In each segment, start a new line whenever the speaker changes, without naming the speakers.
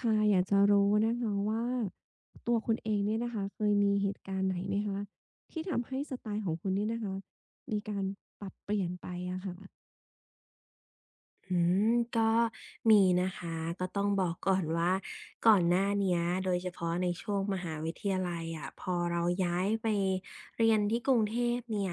ค่ะอยากจะรู้นะคะว่าตัวคุณเองเนี่ยนะคะเคยมีเหตุการณ์ไหนไหมคะที่ทำให้สไตล์ของคุณเนี่ยนะคะมีการปรับเปลี่ยนไปอะค่ะ
อืมก็มีนะคะก็ต้องบอกก่อนว่าก่อนหน้าเนี้ยโดยเฉพาะในช่วงมหาวิทยาลัยอะพอเราย้ายไปเรียนที่กรุงเทพเนี่ย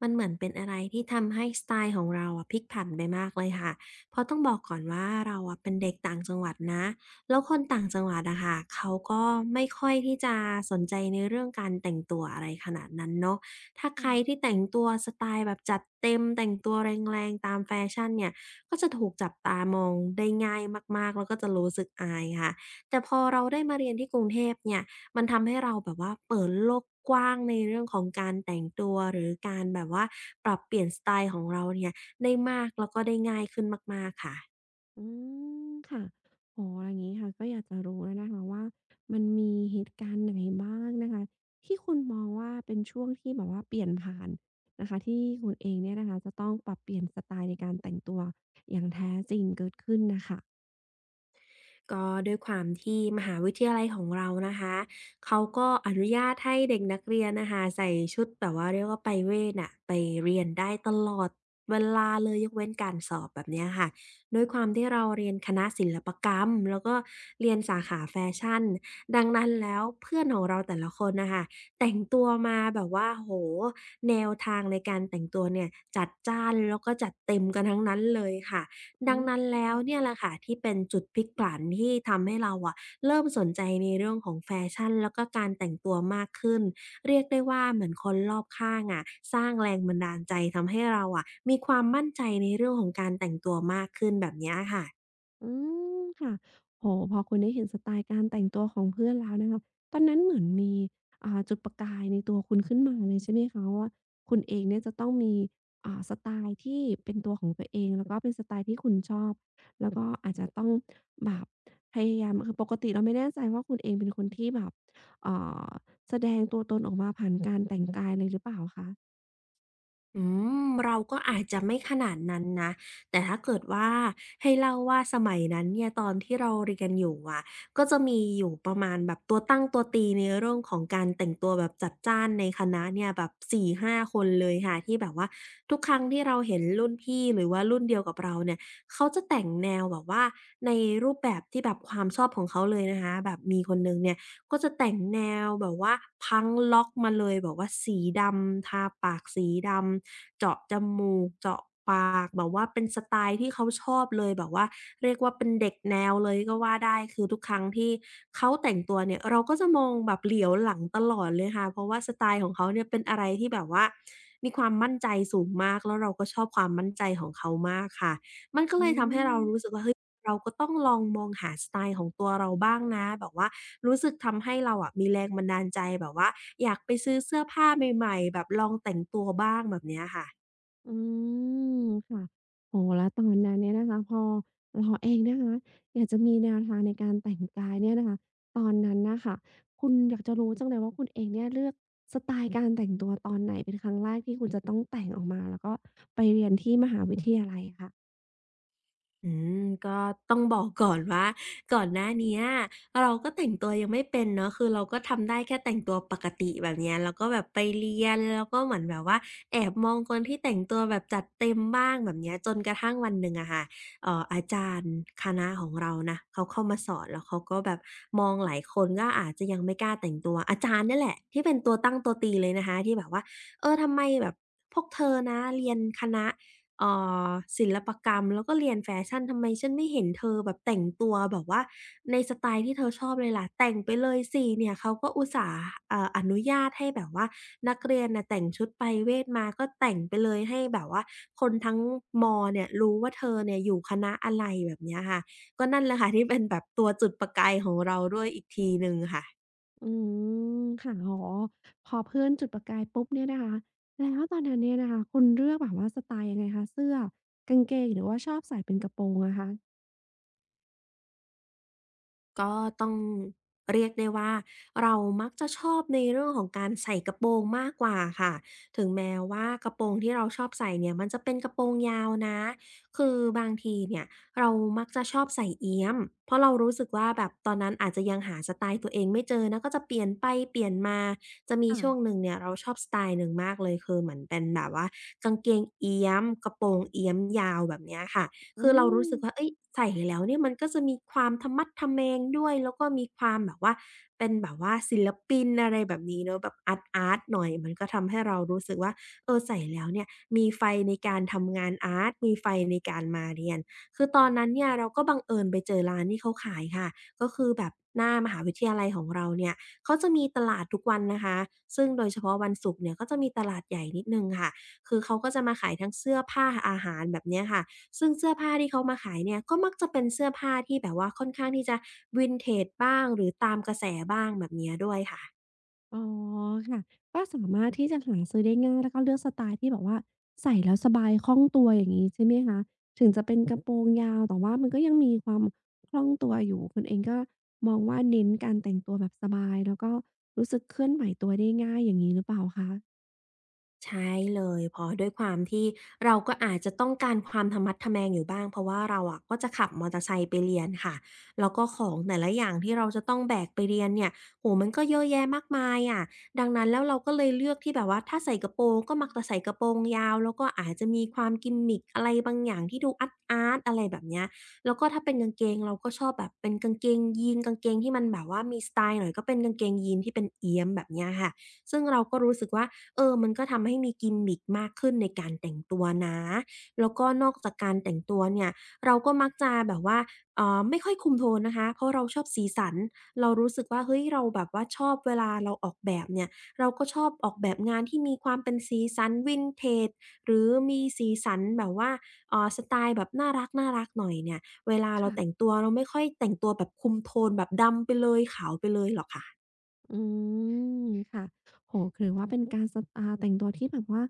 มันเหมือนเป็นอะไรที่ทำให้สไตล์ของเราอะพลิกผันไปมากเลยค่ะเพราะต้องบอกก่อนว่าเราอะเป็นเด็กต่างจังหวัดนะแล้วคนต่างจังหวัดอะค่ะเขาก็ไม่ค่อยที่จะสนใจในเรื่องการแต่งตัวอะไรขนาดนั้นเนาะถ้า
อื
ใครที่
ม
แต่งตัวสไตล์แบบจัดเต็มแต่งตัวแรงๆตามแฟชั่นเนี่ย ก็จะถูกจับตามองได้ง่ายมากๆแล้วก็จะรู้สึกอายค่ะแต่พอเราได้มาเรียนที่กรุงเทพเนี่ยมันทำให้เราแบบว่าเปิดโลกกว้างในเรื่องของการแต่งตัวหรือการแบบว่าปรับเปลี่ยนสไตล์ของเราเนี่ยได้มากแล้วก็ได้ง่ายขึ้นมากๆค่ะ
อืมค่ะอ๋ออย่างงี้ค่ะก็อยากจะรู้แล้วนะคะว่ามันมีเหตุการณ์ไหนบ้างนะคะที่คุณมองว่าเป็นช่วงที่แบบว่าเปลี่ยนผ่านนะคะที่คุณเองเนี่ยนะคะจะต้องปรับเปลี่ยนสไตล์ในการแต่งตัวอย่างแท้จริงเกิดขึ้นน่ะค่ะ
ก็ด้วยความที่มหาวิทยาลัยของเรานะคะเขาก็อนุญาตให้เด็กนักเรียนนะคะใส่ชุดแบบว่าเรียกว่าไปเวทน่ะไปเรียนได้ตลอดเวลาเลยยกเว้นการสอบแบบเนี้ยค่ะด้วยความที่เราเรียนคณะศิลปกรรมแล้วก็เรียนสาขาแฟชั่นดังนั้นแล้วเพื่อนของเราแต่ละคนน่ะค่ะแต่งตัวมาแบบว่าโอ้โฮแนวทางในการแต่งตัวเนี่ยจัดจ้านแล้วก็จัดเต็มกันทั้งนั้นเลยค่ะ
อื
ดังนั้นแล้
ม
วเนี่ยแหละค่ะที่เป็นจุดพลิกผันที่ทำให้เราอะเริ่มสนใจในเรื่องของแฟชั่นแล้วก็การแต่งตัวมากขึ้นเรียกได้ว่าเหมือนคนรอบข้างอะสร้างแรงบันดาลใจทำให้เราอะมีความมั่นใจในเรื่องของการแต่งตัวมากขึ้นแบบเนี้ยค่ะ
อืมค่ะโอ้โฮพอคุณได้เห็นสไตล์การแต่งตัวของเพื่อนแล้วนะคะตอนนั้นเหมือนมีจุดประกายในตัวคุณขึ้นมาเลยใช่ไหมคะว่าคุณเองเนี่ยจะต้องมีสไตล์ที่เป็นตัวของตัวเองแล้วก็เป็นสไตล์ที่คุณชอบแล้วก็อาจจะต้องแบบพยายามคือปกติเราไม่แน่ใจว่าคุณเองเป็นคนที่แบบเอ่อแสดงตัวตนออกมาผ่านการแต่งกายเลยหรือเปล่าคะ
อืมเราก็อาจจะไม่ขนาดนั้นนะแต่ถ้าเกิดว่าให้เล่าว่าสมัยนั้นเนี่ยตอนที่เราเรียนอยู่อะก็จะมีอยู่ประมาณแบบตัวตั้งตัวตีในเรื่องของการแต่งตัวแบบจัดจ้านในคณะเนี่ยแบบสี่ห้าคนเลยค่ะที่แบบว่าทุกครั้งที่เราเห็นรุ่นพี่หรือว่ารุ่นเดียวกับเราเนี่ยเขาจะแต่งแนวแบบว่าในรูปแบบที่แบบความชอบของเขาเลยนะคะแบบมีคนหนึ่งเนี่ย ก็จะแต่งแนวแบบว่าพังล็อกมาเลยแบบว่าสีดำทาปากสีดำเจาะจมูกเจาะปากแบบว่าเป็นสไตล์ที่เขาชอบเลยแบบว่าเรียกว่าเป็นเด็กแนวเลยก็ว่าได้คือทุกครั้งที่เขาแต่งตัวเนี่ยเราก็จะมองแบบเหลียวหลังตลอดเลยค่ะเพราะว่าสไตล์ของเขาเนี่ยเป็นอะไรที่แบบว่ามีความมั่นใจสูงมากแล้วเราก็ชอบความมั่นใจของเขามากค่ะมันก็
อื
เลยทำให้เรา
ม
รู้สึกว่าเฮ้ย เราก็ต้องลองมองหาสไตล์ของตัวเราบ้างนะแบบว่ารู้สึกทำให้เราอะมีแรงบันดาลใจแบบว่าอยากไปซื้อเสื้อผ้าใหม่ๆแบบลองแต่งตัวบ้างแบบเนี้ยค่ะ
อืมค่ะโอ้โฮแล้วตอนนั้นเนี่ยนะคะพอเราเองนะคะอยากจะมีแนวทางในการแต่งกายเนี่ยนะคะตอนนั้นน่ะค่ะคุณอยากจะรู้จังเลยว่าคุณเองเนี่ยเลือกสไตล์การแต่งตัวตอนไหนเป็นครั้งแรกที่คุณจะต้องแต่งออกมาแล้วก็ไปเรียนที่มหาวิทยาลัยค่ะ
อืมก็ต้องบอกก่อนว่าก่อนหน้าเนี้ยเราก็แต่งตัวยังไม่เป็นเนาะคือเราก็ทำได้แค่แต่งตัวปกติแบบเนี้ยแล้วก็แบบไปเรียนแล้วก็เหมือนแบบว่าแอบมองคนที่แต่งตัวแบบจัดเต็มบ้างแบบเนี้ยจนกระทั่งวันหนึ่งอะค่ะอาจารย์คณะของเรานะเขาเข้ามาสอนแล้วเขาก็แบบมองหลายคนก็อาจจะยังไม่กล้าแต่งตัวอาจารย์เนี่ยแหละที่เป็นตัวตั้งตัวตีเลยนะคะที่แบบว่าเออทำไมแบบพวกเธอนะเรียนคณะ เอ่อศิลปกรรมแล้วก็เรียนแฟชั่นทำไมฉันไม่เห็นเธอแบบแต่งตัวแบบว่าในสไตล์ที่เธอชอบเลยล่ะแต่งไปเลยสิเนี่ยเขาก็อุตส่าห์อนุญาตให้แบบว่านักเรียนน่ะแต่งชุดไปเวทมาก็แต่งไปเลยให้แบบว่าคนทั้งมอเนี่ยรู้ว่าเธอเนี่ยอยู่คณะอะไรแบบเนี้ยค่ะก็นั่นแหละค่ะที่เป็นแบบตัวจุดประกายของเราด้วยอีกทีหนึ่งค่ะ
อืมค่ะอ๋อพอเพื่อนจุดประกายปุ๊บเนี่ยนะคะแล้วตอนนั้นเนี่ยนะคะคุณเลือกแบบว่าสไตล์ยังไงคะเสื้อกางเกงหรือว่าชอบใส่เป็นกระโปรงอะคะ
ก็ต้องเรียกได้ว่าเรามักจะชอบในเรื่องของการใส่กระโปรงมากกว่าค่ะถึงแม้ว่ากระโปรงที่เราชอบใส่เนี่ยมันจะเป็นกระโปรงยาวนะคือบางทีเนี่ยเรามักจะชอบใส่เอี๊ยมเพราะเรารู้สึกว่าแบบตอนนั้นอาจจะยังหาสไตล์ตัวเองไม่เจอนะก็จะเปลี่ยนไปเปลี่ยนมาจะมีช่วงห
ค่ะ
นึ่งเนี่ยเราชอบสไตล์หนึ่งมากเลยคือเหมือนเป็นแบบว่ากางเกงเอี๊ยมกระโปรงเอี๊ยมยาวแบบเนี้ยค่ะ
อื
คือเรารู้
ม
สึกว่าเอ้ยใส่แล้วเนี่ยมันก็จะมีความทะมัดทะแมงด้วยแล้วก็มีความแบบว่าเป็นแบบว่าศิลปินอะไรแบบนี้เนาะแบบอาร์ตอาร์ตหน่อยมันก็ทำให้เรารู้สึกว่าเออใส่แล้วเนี่ยมีไฟในการทำงานอาร์ตมีไฟในการมาเรียนคือตอนนั้นเนี่ยเราก็บังเอิญไปเจอร้านที่เขาขายค่ะก็คือแบบหน้ามหาวิทยาลัยของเราเนี่ยเขาจะมีตลาดทุกวันนะคะซึ่งโดยเฉพาะวันศุกร์เนี่ยก็จะมีตลาดใหญ่นิดหนึ่งค่ะคือเขาก็จะมาขายทั้งเสื้อผ้าอาหารแบบเนี้ยค่ะ ซึ่งเสื้อผ้าที่เขามาขายเนี่ยก็มักจะเป็นเสื้อผ้าที่แบบว่าค่อนข้างที่จะวินเทจบ้างหรือตามกระแสบ้างแบบเนี้ยด้วยค่ะ
อ๋อค่ะก็สามารถที่จะหาซื้อได้ง่ายแล้วก็เลือกสไตล์ที่แบบว่าใส่แล้วสบายคล่องตัวอย่างนี้ใช่ไหมคะถึงจะเป็นกระโปรงยาวแต่ว่ามันก็ยังมีความคล่องตัวอยู่คุณเองก็มองว่าเน้นการแต่งตัวแบบสบายแล้วก็รู้สึกเคลื่อนไหวตัวได้ง่ายอย่างนี้หรือเปล่าคะ
ใช่เลยเพราะด้วยความที่เราก็อาจจะต้องการความทะมัดทะแมงอยู่บ้างเพราะว่าเราอะก็จะขับมอเตอร์ไซค์ไปเรียนค่ะแล้วก็ของแต่ละอย่างที่เราจะต้องแบกไปเรียนเนี่ยโอ้โฮมันก็เยอะแยะมากมายอะดังนั้นแล้วเราก็เลยเลือกที่แบบว่าถ้าใส่กระโปรงก็มักจะใส่กระโปรงยาวแล้วก็อาจจะมีความ gimmick อะไรบางอย่างที่ดูอาร์ตๆอะไรแบบเนี้ยแล้วก็ถ้าเป็นกางเกงเราก็ชอบแบบเป็นกางเกงยีนกางเกงที่มันแบบว่ามีสไตล์หน่อยก็เป็นกางเกงยีนที่เป็นเอี๊ยมแบบเนี้ยค่ะซึ่งเราก็รู้สึกว่า เออมันก็ทำให้มีกิมมิกมากขึ้นในการแต่งตัวนะ แล้วก็นอกจากการแต่งตัวเนี่ยเราก็มักจะแบบว่าไม่ค่อยคุมโทนนะคะเพราะเราชอบสีสันเรารู้สึกว่าเฮ้ยเราแบบว่าชอบเวลาเราออกแบบเนี่ยเราก็ชอบออกแบบงานที่มีความเป็นสีสัน Vintage หรือมีสีสันแบบว่าสไตล์แบบน่ารักๆหน่อยเนี่ยเวลาเราแต่ง
ค่ะ
ตัวเราไม่ค่อยแต่งตัวแบบคุมโทนแบบดำไปเลยขาวไปเลยหรอกค่ะ
อืมค่ะโอ้โฮถือว่าเป็นการสอ่าแต่งตัวที่แบบว่า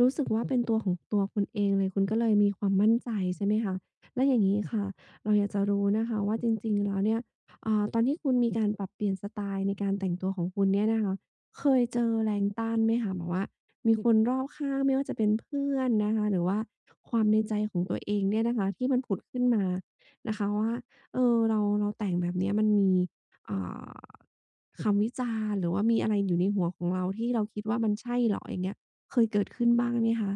รู้สึกว่าเป็นตัวของตัวคุณเองเลยคุณก็เลยมีความมั่นใจใช่ไหมคะแล้วอย่างงี้ค่ะเราอยากจะรู้นะคะว่าจริงๆแล้วเนี่ยตอนที่คุณมีการปรับเปลี่ยนสไตล์ในการแต่งตัวของคุณเนี่ยนะคะเคยเจอแรงต้านไหมคะแบบว่ามีคนรอบข้างไม่ว่าจะเป็นเพื่อนนะคะหรือว่าความในใจของตัวเองเนี่ยนะคะที่มันผุดขึ้นมานะคะว่าเออเราแต่งแบบเนี้ยมันมีอ่า คำวิจารณ์หรือว่ามีอะไรอยู่ในหัวของเราที่เราคิดว่ามันใช่เหรออย่างเงี้ยเคยเกิดขึ้นบ้างไหมคะ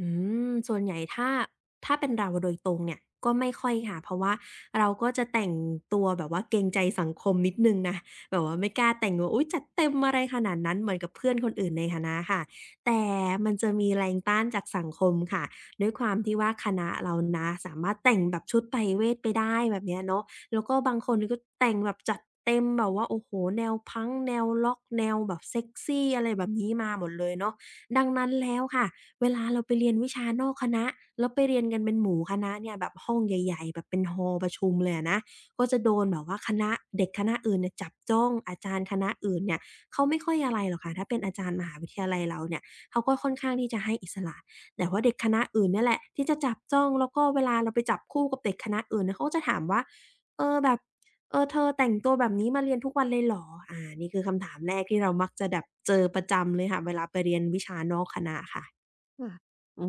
อืมส่วนใหญ่ถ้าเป็นเราโดยตรงเนี่ยก็ไม่ค่อยค่ะเพราะว่าเราก็จะแต่งตัวแบบว่าเกรงใจสังคมนิดหนึ่งนะแบบว่าไม่กล้าแต่งว่าอุ๊ยจัดเต็มอะไรขนาดนั้นเหมือนกับเพื่อนคนอื่นในคณะค่ะแต่มันจะมีแรงต้านจากสังคมค่ะด้วยความที่ว่าคณะเรานะสามารถแต่งแบบชุดไพรเวทไปได้แบบเนี้ยเนาะแล้วก็บางคนก็แต่งแบบจัดเต็มแบบว่าโอ้โฮแนวพังก์แนวร็อกแนวแบบเซกซีอะไรแบบนี้มาหมดเลยเนาะดังนั้นแล้วค่ะ เวลาเราไปเรียนวิชานอกคณะแล้วไปเรียนกันเป็นหมู่คณะเนี่ยแบบห้องใหญ่ๆแบบเป็น hall ประชุมเลยอะนะก็จะโดนแบบว่าคณะเด็กคณะอื่นเนี่ยจับจ้องอาจารย์คณะอื่นเนี่ยเขาไม่ค่อยอะไรหรอกค่ะถ้าเป็นอาจารย์มหาวิทยาลัยเราเนี่ยเขาก็ค่อนข้างที่จะให้อิสระแต่ว่าเด็กคณะอื่นเนี่ยแหละที่จะจับจ้องแล้วก็เวลาเราไปจับคู่กับเด็กคณะอื่นเนี่ยเขาก็จะถามว่าเออแบบเออเธอแต่งตัวแบบนี้มาเรียนทุกวันเลยเหรออานี่คือคำถามแรกที่เรามักจะแบบเจอประจำเลยค่ะเวลาไปเรียนวิชานอกคณะค่ะ
ค่ะอื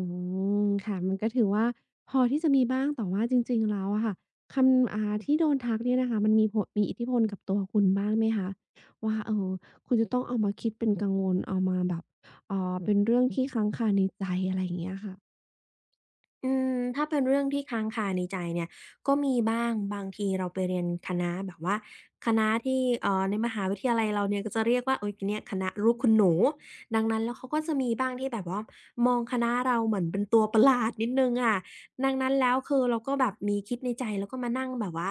มค่ะมันก็ถือว่าพอที่จะมีบ้างแต่ว่าจริงๆแล้วอะค่ะคำที่โดนทักเนี่ยนะคะมันมีผลมีอิทธิพลกับตัวคุณบ้างไหมคะว่าเออคุณจะต้องเอามาคิดเป็นกังวลเอามาแบบเป็นเรื่องที่ค้างคาในใจอะไรอย่างเงี้ยค่ะ
อืมถ้าเป็นเรื่องที่ค้างคาในใจเนี่ยก็มีบ้างบางทีเราไปเรียนคณะแบบว่าคณะที่ในมหาวิทยาลัยเราเนี่ยก็จะเรียกว่าโอ๊ยเนี่ยคณะลูกคุณหนูดังนั้นแล้วเขาก็จะมีบ้างที่แบบว่ามองคณะเราเหมือนเป็นตัวประหลาดนิดหนึ่งอะ ดังนั้นแล้วคือเราก็แบบมีคิดในใจแล้วก็มานั่งแบบว่า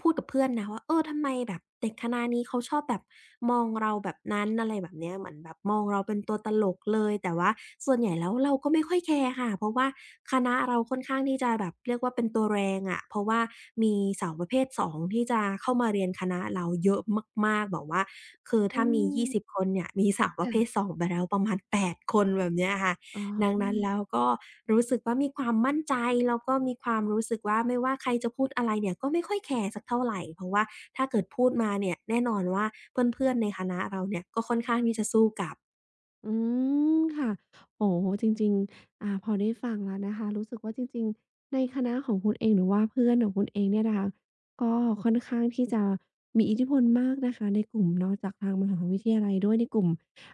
พูดกับเพื่อนนะว่าเออทำไมแบบเด็กคณะนี้เขาชอบแบบมองเราแบบนั้นอะไรแบบเนี้ยเหมือนแบบมองเราเป็นตัวตลกเลยแต่ว่าส่วนใหญ่แล้วเราก็ไม่ค่อยแคร์ค่ะเพราะว่าคณะเราค่อนข้างที่จะแบบเรียกว่าเป็นตัวแรงอะเพราะว่ามีสาวประเภทสองที่จะเข้ามาเรียนคณะเราเยอะมากๆแบบว่าคือ
อื
ถ้ามี20
ม
คนเนี่ยมีสาวประเภท
ค่ะ
2ไปแล้วประมาณ8คนแบบเนี้ยค่ะ
อ๋
ดังนั้นแล้
อ
วก็รู้สึกว่ามีความมั่นใจแล้วก็มีความรู้สึกว่าไม่ว่าใครจะพูดอะไรเนี่ยก็ไม่ค่อยแคร์สักเท่าไรเพราะว่าถ้าเกิดพูดมาเนี่ยแน่นอนว่าเพื่อนๆในคณะเราเนี่ยก็ค่อนข้างที่จะสู้กลับ
อืมค่ะโอ้โฮจริงๆพอได้ฟังแล้วนะคะรู้สึกว่าจริงๆในคณะของคุณเองหรือว่าเพื่อนของคุณเองเนี่ยนะคะก็ค่อนข้างที่จะมีอิทธิพลมากนะคะในกลุ่มเนาะจากทางมหาวิทยาลัยด้วยในกลุ่ม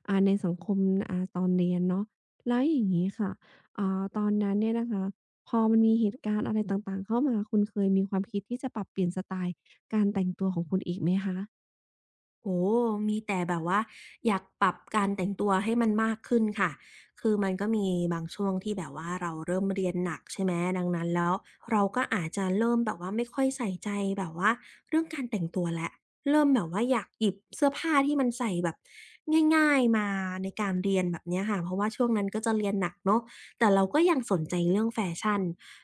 ในสังคมตอนเรียนเนาะแล้วอย่างงี้ค่ะตอนนั้นเนี่ยนะคะพอมันมีเหตุการณ์อะไรต่างๆเข้ามาคุณเคยมีความคิดที่จะปรับเปลี่ยนสไตล์การแต่งตัวของคุณอีกไหมคะ
โอ้โฮมีแต่แบบว่าอยากปรับการแต่งตัวให้มันมากขึ้นค่ะ คือมันก็มีบางช่วงที่แบบว่าเราเริ่มเรียนหนักใช่ไหมดังนั้นแล้วเราก็อาจจะเริ่มแบบว่าไม่ค่อยใส่ใจแบบว่าเรื่องการแต่งตัวแล้วเริ่มแบบว่าอยากหยิบเสื้อผ้าที่มันใส่แบบง่ายๆมาในการเรียนแบบเนี้ยค่ะเพราะว่าช่วงนั้นก็จะเรียนหนักเนาะแต่เราก็ยังสนใจเรื่องแฟชั่น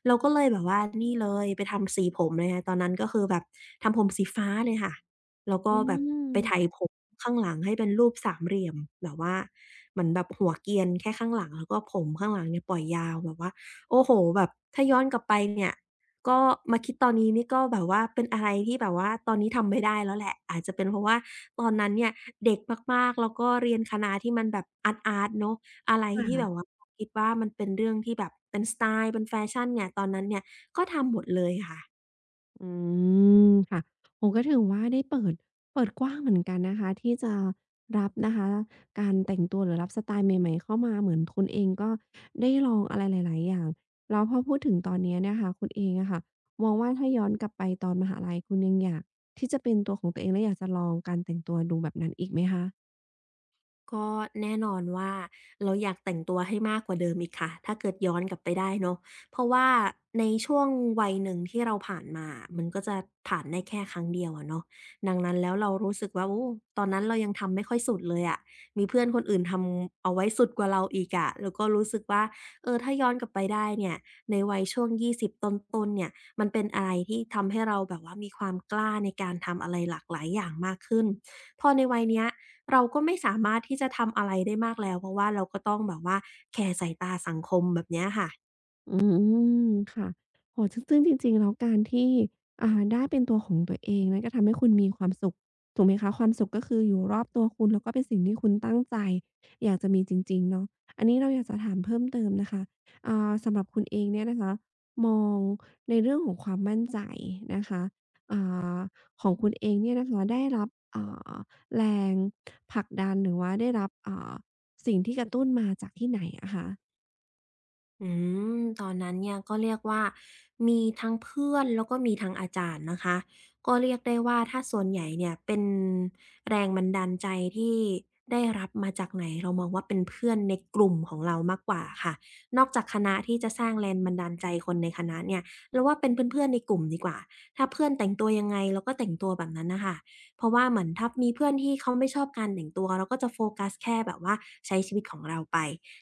เราก็เลยแบบว่านี่เลยไปทำสีผมเลยค่ะตอนนั้นก็คือแบบทำผมสีฟ้าเลยค่ะ แล้วก็
อื
แบบไปไถ
ม
ผมข้างหลังให้เป็นรูปสามเหลี่ยมแบบว่าเหมือนแบบหัวเกรียนแค่ข้างหลังแล้วก็ผมข้างหลังเนี่ยปล่อยยาวแบบว่าโอ้โฮแบบถ้าย้อนกลับไปเนี่ยก็มาคิดตอนนี้นี่ก็แบบว่าเป็นอะไรที่แบบว่าตอนนี้ทำไม่ได้แล้วแหละอาจจะเป็นเพราะว่าตอนนั้นเนี่ยเด็กมากๆแล้วก็เรียนคณะที่มันแบบอาร์ตๆเนาะอะไรที่แบบ
ค่ะ
ว่าคิดว่ามันเป็นเรื่องที่แบบเป็นสไตล์เป็นแฟชั่นเนี่ยตอนนั้นเนี่ยก็ทำหมดเลย
อืมค่ะโอ้ก็ถือว่าได้เปิดกว้างเหมือนกันนะคะที่จะรับนะคะการแต่งตัวหรือรับสไตล์ใหม่ๆเข้ามาเหมือนคุณเองก็ได้ลองอะไรหลายๆอย่างแล้วพอพูดถึงตอนเนี้ยเนี่ยค่ะคุณเองอะค่ะมองว่าถ้าย้อนกลับไปตอนมหาลัยคุณยังอยากที่จะเป็นตัวของตัวเองและอยากจะลองการแต่งตัวดูแบบนั้นอีกไหมคะ
ก็แน่นอนว่าเราอยากแต่งตัวให้มากกว่าเดิมอีกค่ะถ้าเกิดย้อนกลับไปได้เนาะเพราะว่าในช่วงวัยหนึ่งที่เราผ่านมามันก็จะผ่านได้แค่ครั้งเดียวอะเนาะดังนั้นแล้วเรารู้สึกว่าโอ้ตอนนั้นเรายังทำไม่ค่อยสุดเลยอะมีเพื่อนคนอื่นทำเอาไว้สุดกว่าเราอีกอะแล้วก็รู้สึกว่าเออถ้าย้อนกลับไปได้เนี่ยในวัยช่วง20ต้นๆเนี่ยมันเป็นอะไรที่ทำให้เราแบบว่ามีความกล้าในการทำอะไรหลากหลายอย่างมากขึ้นพอในวัยเนี้ย เราก็ไม่สามารถที่จะทำอะไรได้มากแล้วเพราะว่าเราก็ต้องแบบว่าแคร์สายตาสังคมแบบเนี้ยค่ะ
อืมค่ะโอ้โฮซึ่งจริงๆแล้วการที่ได้เป็นตัวของตัวเองนั่นก็ทำให้คุณมีความสุขถูกไหมคะความสุขก็คืออยู่รอบตัวคุณแล้วก็เป็นสิ่งที่คุณตั้งใจอยากจะมีจริงๆเนาะอันนี้เราอยากจะถามเพิ่มเติมนะคะสำหรับคุณเองเนี่ยนะคะมองในเรื่องของความมั่นใจนะคะอ่าของคุณเองเนี่ยนะคะได้รับอ่าแรงผลักดันหรือว่าได้รับสิ่งที่กระตุ้นมาจากที่ไหนอะคะ
อืมตอนนั้นเนี่ยก็เรียกว่ามีทั้งเพื่อนแล้วก็มีทั้งอาจารย์นะคะก็เรียกได้ว่าถ้าส่วนใหญ่เนี่ยเป็นแรงบันดาลใจที่ได้รับมาจากไหนเรามองว่าเป็นเพื่อนในกลุ่มของเรามากกว่าค่ะนอกจากคณะที่จะสร้างแรงบันดาลใจคนในคณะเนี่ยเราว่าเป็นเพื่อนๆในกลุ่มดีกว่าถ้าเพื่อนแต่งตัวยังไงเราก็แต่งตัวแบบนั้นน่ะค่ะเพราะว่าเหมือนถ้ามีเพื่อนที่เขาไม่ชอบการแต่งตัวเราก็จะโฟกัสแค่แบบว่าใช้ชีวิตของเราไป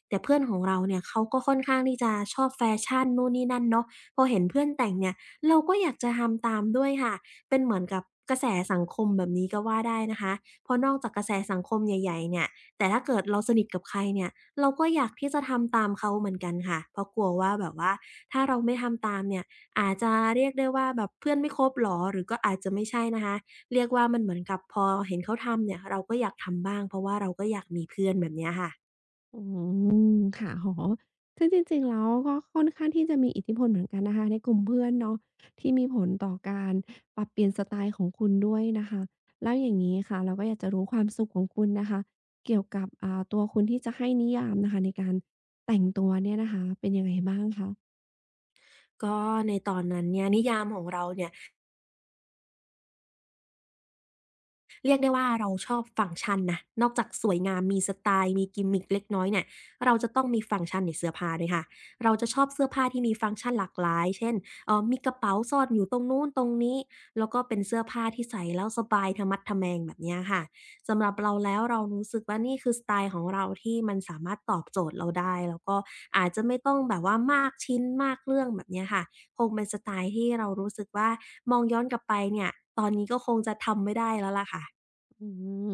แต่เพื่อนของเราเนี่ยเขาก็ค่อนข้างที่จะชอบแฟชั่นนู่นนี่นั่นเนาะพอเห็นเพื่อนแต่งเนี่ยเราก็อยากจะทำตามด้วยค่ะเป็นเหมือนกับกระแสสังคมแบบนี้ก็ว่าได้นะคะเพราะนอกจากกระแสสังคมใหญ่ๆเนี่ยแต่ถ้าเกิดเราสนิทกับใครเนี่ยเราก็อยากที่จะทำตามเขาเหมือนกันค่ะเพราะกลัวว่าแบบว่าถ้าเราไม่ทำตามเนี่ยอาจจะเรียกได้ว่าแบบเพื่อนไม่คบเหรอหรือก็อาจจะไม่ใช่นะคะเรียกว่ามันเหมือนกับพอเห็นเขาทำเนี่ยเราก็อยากทำบ้างเพราะว่าเราก็อยากมีเพื่อนแบบเนี้ยค่ะ
อืมค่ะออโฮซึ่งจริงๆแล้วก็ค่อนข้างที่จะมีอิทธิพลเหมือนกันนะคะในกลุ่มเพื่อนเนาะที่มีผลต่อการปรับเปลี่ยนสไตล์ของคุณด้วยนะคะแล้วอย่างงี้ค่ะเราก็อยากจะรู้ความสุขของคุณนะคะเกี่ยวกับตัวคุณที่จะให้นิยามนะคะในการแต่งตัวเนี่ยนะคะเป็นยังไงบ้างคะ
ก็ในตอนนั้นเนี่ยนิยามของเราเนี่ย เรียกได้ว่าเราชอบฟังก์ชันนะนอกจากสวยงามมีสไตล์มี gimmick เล็กน้อยเนี่ยเราจะต้องมีฟังก์ชันในเสื้อผ้าด้วยค่ะเราจะชอบเสื้อผ้าที่มีฟังก์ชันหลากหลายเช่นมีกระเป๋าซ่อนอยู่ตรงนู้นตรงนี้แล้วก็เป็นเสื้อผ้าที่ใส่แล้วสบายทะมัดทะแมงแบบเนี้ยค่ะสำหรับเราแล้วเรารู้สึกว่านี่คือสไตล์ของเราที่มันสามารถตอบโจทย์เราได้แล้วก็อาจจะไม่ต้องแบบว่ามากชิ้นมากเรื่องแบบเนี้ยค่ะคงเป็นสไตล์ที่เรารู้สึกว่ามองย้อนกลับไปเนี่ยตอนนี้ก็คงจะทำไม่ได้แล้วล่ะค่ะ
อื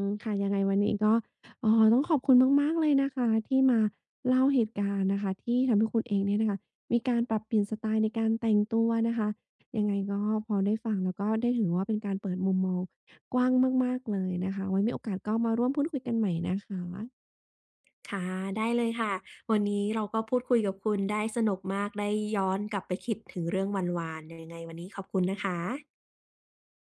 มค่ะยังไงวันนี้ก็ต้องขอบคุณมากๆเลยนะคะที่มาเล่าเหตุการณ์นะคะที่ทำให้คุณเองเนี่ยนะคะมีการปรับเปลี่ยนสไตล์ในการแต่งตัวนะคะยังไงก็พอได้ฟังแล้วก็ได้ถือว่าเป็นการเปิดมุมมองกว้างมากๆเลยนะคะไว้มีโอกาสก็มาร่วมพูดคุยกันใหม่นะคะ
ค่ะได้เลยค่ะวันนี้เราก็พูดคุยกับคุณได้สนุกมากได้ย้อนกลับไปคิดถึงเรื่องวานๆยังไงวันนี้ขอบคุณนะคะ